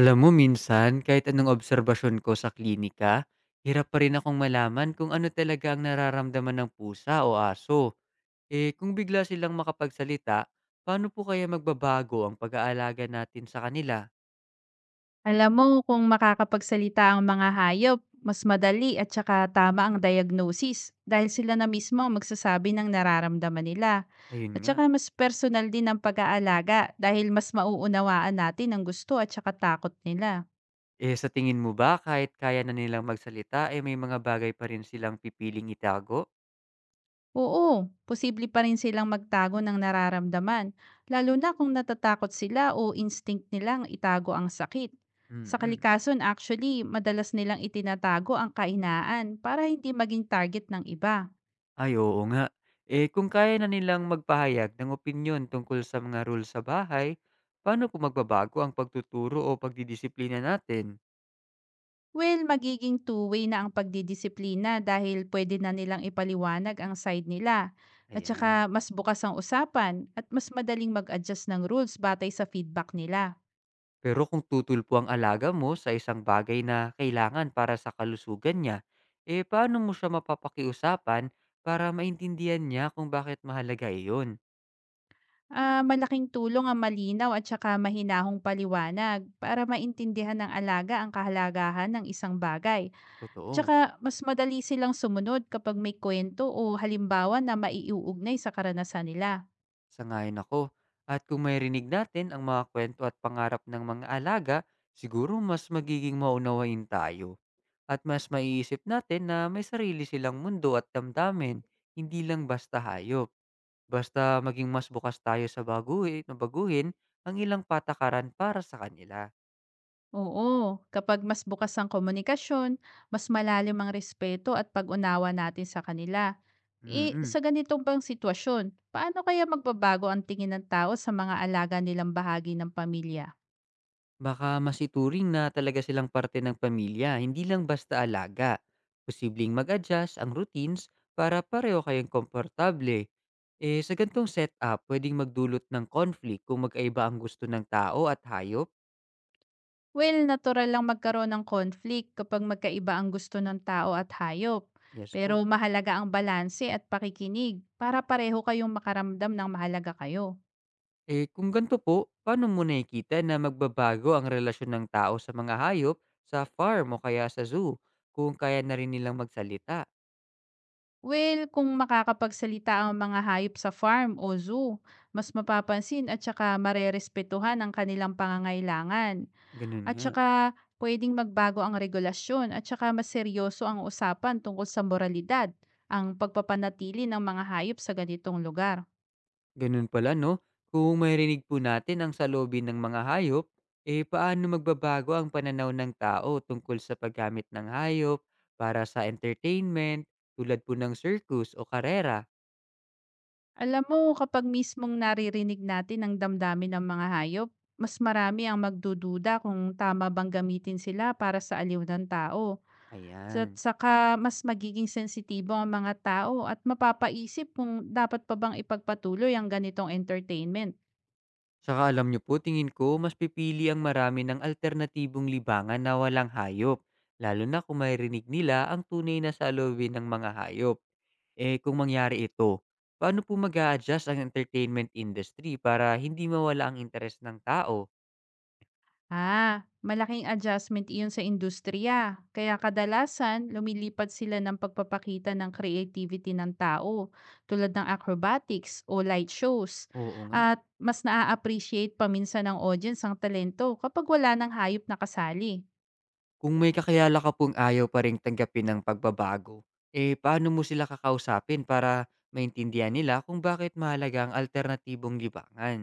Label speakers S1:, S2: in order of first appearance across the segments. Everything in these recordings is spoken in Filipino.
S1: Alam mo minsan, kahit anong obserbasyon ko sa klinika, hirap pa rin akong malaman kung ano talaga ang nararamdaman ng pusa o aso. Eh kung bigla silang makapagsalita, paano po kaya magbabago ang pag-aalaga natin sa kanila?
S2: Alam mo kung makakapagsalita ang mga hayop, mas madali at saka tama ang diagnosis dahil sila na mismo ang magsasabi ng nararamdaman nila.
S1: Ayun
S2: At saka
S1: nga.
S2: mas personal din ang pag-aalaga dahil mas mauunawaan natin ang gusto at saka takot nila.
S1: Eh sa tingin mo ba kahit kaya na nilang magsalita, eh may mga bagay pa rin silang pipiling itago?
S2: Oo, posible pa rin silang magtago ng nararamdaman, lalo na kung natatakot sila o instinct nilang itago ang sakit. Sa
S1: Mm.
S2: kalikasan actually, madalas nilang itinatago ang kainaan para hindi maging target ng iba.
S1: Ay, oo nga. Eh, kung kaya na nilang magpahayag ng opinyon tungkol sa mga rules sa bahay, paano kung magbabago ang pagtuturo o pagdidisiplina natin?
S2: Well, magiging two-way na ang pagdidisiplina dahil pwede na nilang ipaliwanag ang side nila. At
S1: Ayan.
S2: saka mas bukas ang usapan at mas madaling mag-adjust ng rules batay sa feedback nila.
S1: Pero kung tutulpo ang alaga mo sa isang bagay na kailangan para sa kalusugan niya, eh paano mo siya mapapakiusapan para maintindihan niya kung bakit mahalaga iyon?
S2: Ah, malaking tulong ang malinaw at saka mahinahong paliwanag para maintindihan ng alaga ang kahalagahan ng isang bagay. At
S1: Totoo.
S2: saka mas madali silang sumunod kapag may kwento o halimbawa na maiuugnay sa karanasan nila.
S1: Sangayon ako. At kung may rinig natin ang mga kwento at pangarap ng mga alaga, siguro mas magiging maunawain tayo. At mas maiisip natin na may sarili silang mundo at damdamin, hindi lang basta hayop. Basta maging mas bukas tayo sa baguhin, na baguhin ang ilang patakaran para sa kanila.
S2: Oo, kapag mas bukas ang komunikasyon, mas malalim ang respeto at pag-unawa natin sa kanila. Eh,
S1: mm
S2: sa ganitong bang sitwasyon, paano kaya magbabago ang tingin ng tao sa mga alaga nilang bahagi ng pamilya?
S1: Baka masituring na talaga silang parte ng pamilya, hindi lang basta alaga. Posibleng mag-adjust ang routines para pareho kayong komportable. Eh, sa gantong setup, pwedeng magdulot ng conflict kung magkaiba ang gusto ng tao at hayop.
S2: Well, natural lang magkaroon ng conflict kapag magkaiba ang gusto ng tao at hayop.
S1: Yes
S2: Pero
S1: po.
S2: mahalaga ang balanse at pakikinig para pareho kayong makaramdam ng mahalaga kayo.
S1: Eh kung ganito po, paano mo nakikita na magbabago ang relasyon ng tao sa mga hayop sa farm o kaya sa zoo kung kaya na rin nilang magsalita?
S2: Well, kung makakapagsalita ang mga hayop sa farm o zoo, mas mapapansin at saka marerespetuhan ang kanilang pangangailangan.
S1: Ganun
S2: At
S1: nga.
S2: saka pwedeng magbago ang regulasyon at saka mas seryoso ang usapan tungkol sa moralidad, ang pagpapanatili ng mga hayop sa ganitong lugar.
S1: Ganun pala, no? Kung marinig po natin ang saloobin ng mga hayop, eh paano magbabago ang pananaw ng tao tungkol sa paggamit ng hayop para sa entertainment tulad po ng circus o karera?
S2: Alam mo, kapag mismong naririnig natin ang damdamin ng mga hayop, mas marami ang magdududa kung tama bang gamitin sila para sa aliw ng tao. At
S1: Ayan.
S2: saka mas magiging sensitibo ang mga tao at mapapaisip kung dapat pa bang ipagpatuloy ang ganitong entertainment.
S1: Tsaka alam niyo po, tingin ko mas pipili ang marami ng alternatibong libangan na walang hayop, lalo na kung maririnig nila ang tunay na saloobin ng mga hayop. Eh kung mangyari ito, paano po mag adjust ang entertainment industry para hindi mawala ang interes ng tao?
S2: Ah, malaking adjustment iyon sa industriya. Kaya kadalasan, lumilipat sila ng pagpapakita ng creativity ng tao, tulad ng acrobatics o light shows.
S1: Oo nga.
S2: At mas naa-appreciate paminsan ng audience ang talento kapag wala ng hayop na kasali.
S1: Kung may kakayala ka pong ayaw pa rin tanggapin ng pagbabago, eh paano mo sila kakausapin para maintindihan nila kung bakit mahalaga ang alternatibong libangan?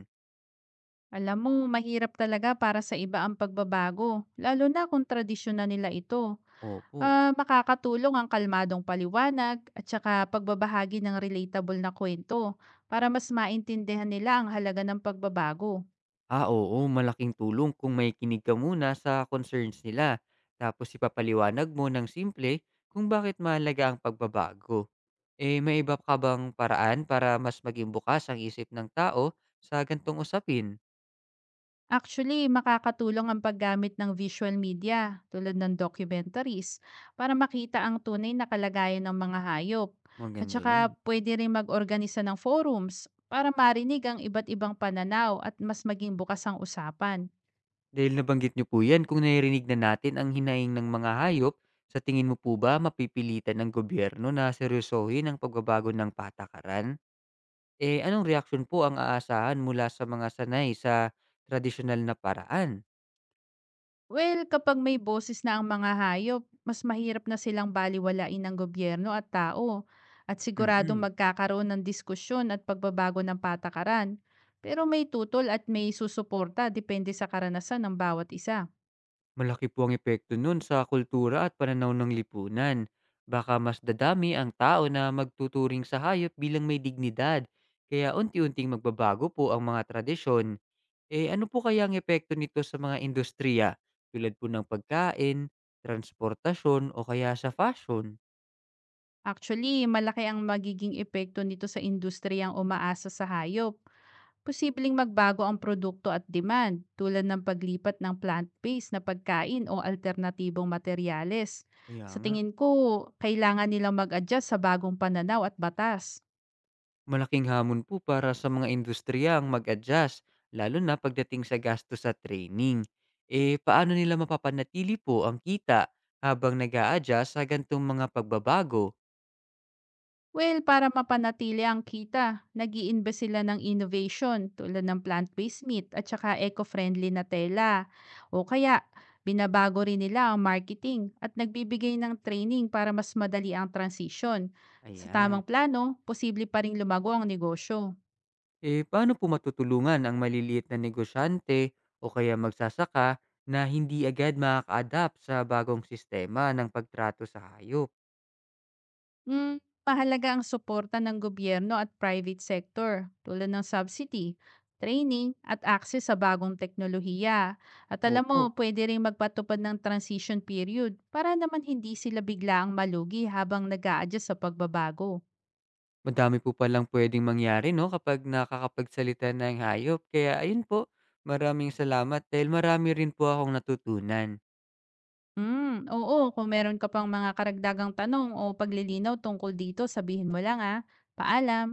S2: Alam mo, mahirap talaga para sa iba ang pagbabago, lalo na kung tradisyon na nila ito.
S1: Opo.
S2: Ah, makakatulong ang kalmadong paliwanag at saka pagbabahagi ng relatable na kwento para mas maintindihan nila ang halaga ng pagbabago.
S1: Ah, oo, malaking tulong kung may kinig ka muna sa concerns nila. Tapos ipapaliwanag mo ng simple kung bakit mahalaga ang pagbabago. Eh, may iba ka bang paraan para mas maging bukas ang isip ng tao sa gantong usapin?
S2: Actually, makakatulong ang paggamit ng visual media tulad ng documentaries para makita ang tunay na kalagayan ng mga hayop. At
S1: Maganda
S2: saka
S1: yan.
S2: pwede rin mag-organisa ng forums para marinig ang iba't ibang pananaw at mas maging bukas ang usapan.
S1: Dahil nabanggit niyo po yan, kung naririnig na natin ang hinaing ng mga hayop, sa tingin mo po ba mapipilitan ng gobyerno na seryosohin ang pagbabago ng patakaran? Eh, anong reaksyon po ang aasahan mula sa mga sanay sa tradisyonal na paraan?
S2: Well, kapag may boses na ang mga hayop, mas mahirap na silang baliwalain ng gobyerno at tao at siguradong
S1: Mm,
S2: magkakaroon ng diskusyon at pagbabago ng patakaran. Pero may tutol at may susuporta depende sa karanasan ng bawat isa.
S1: malaki po ang epekto nun sa kultura at pananaw ng lipunan. Baka mas dadami ang tao na magtuturing sa hayop bilang may dignidad, kaya unti-unting magbabago po ang mga tradisyon. Eh ano po kaya ang epekto nito sa mga industriya tulad po ng pagkain, transportasyon o kaya sa fashion?
S2: Actually, malaki ang magiging epekto nito sa industriyang umaasa sa hayop. Posibleng magbago ang produkto at demand tulad ng paglipat ng plant-based na pagkain o alternatibong materyales.
S1: Kaya
S2: Sa
S1: nga.
S2: tingin ko, kailangan nilang mag-adjust sa bagong pananaw at batas.
S1: Malaking hamon po para sa mga industriya ang mag-adjust, lalo na pagdating sa gastos sa training. Eh, paano nila mapapanatili po ang kita habang nag adjust sa gantong mga pagbabago?
S2: Well, para mapanatili ang kita, nag iimbes sila ng innovation tulad ng plant-based meat at saka eco-friendly na tela. O kaya, binabago rin nila ang marketing at nagbibigay ng training para mas madali ang transition. Sa tamang
S1: Ayan.
S2: plano, posible pa rin lumago ang negosyo.
S1: Eh, paano po matutulungan ang maliliit na negosyante o kaya magsasaka na hindi agad makaka-adapt sa bagong sistema ng pagtrato sa hayop?
S2: Hmm, mahalaga ang suporta ng gobyerno at private sector tulad ng subsidy, training, at access sa bagong teknolohiya. At alam mo,
S1: Opo.
S2: pwede rin magpatupad ng transition period para naman hindi sila bigla ang malugi habang nag adjust sa pagbabago.
S1: Madami po palang puwedeng mangyari 'no, kapag nakakapagsalita na ang hayop. Kaya ayun po, maraming salamat dahil marami rin po akong natutunan.
S2: Hmm, oo, kung meron ka pang mga karagdagang tanong o paglilinaw tungkol dito, sabihin mo lang ah. Paalam!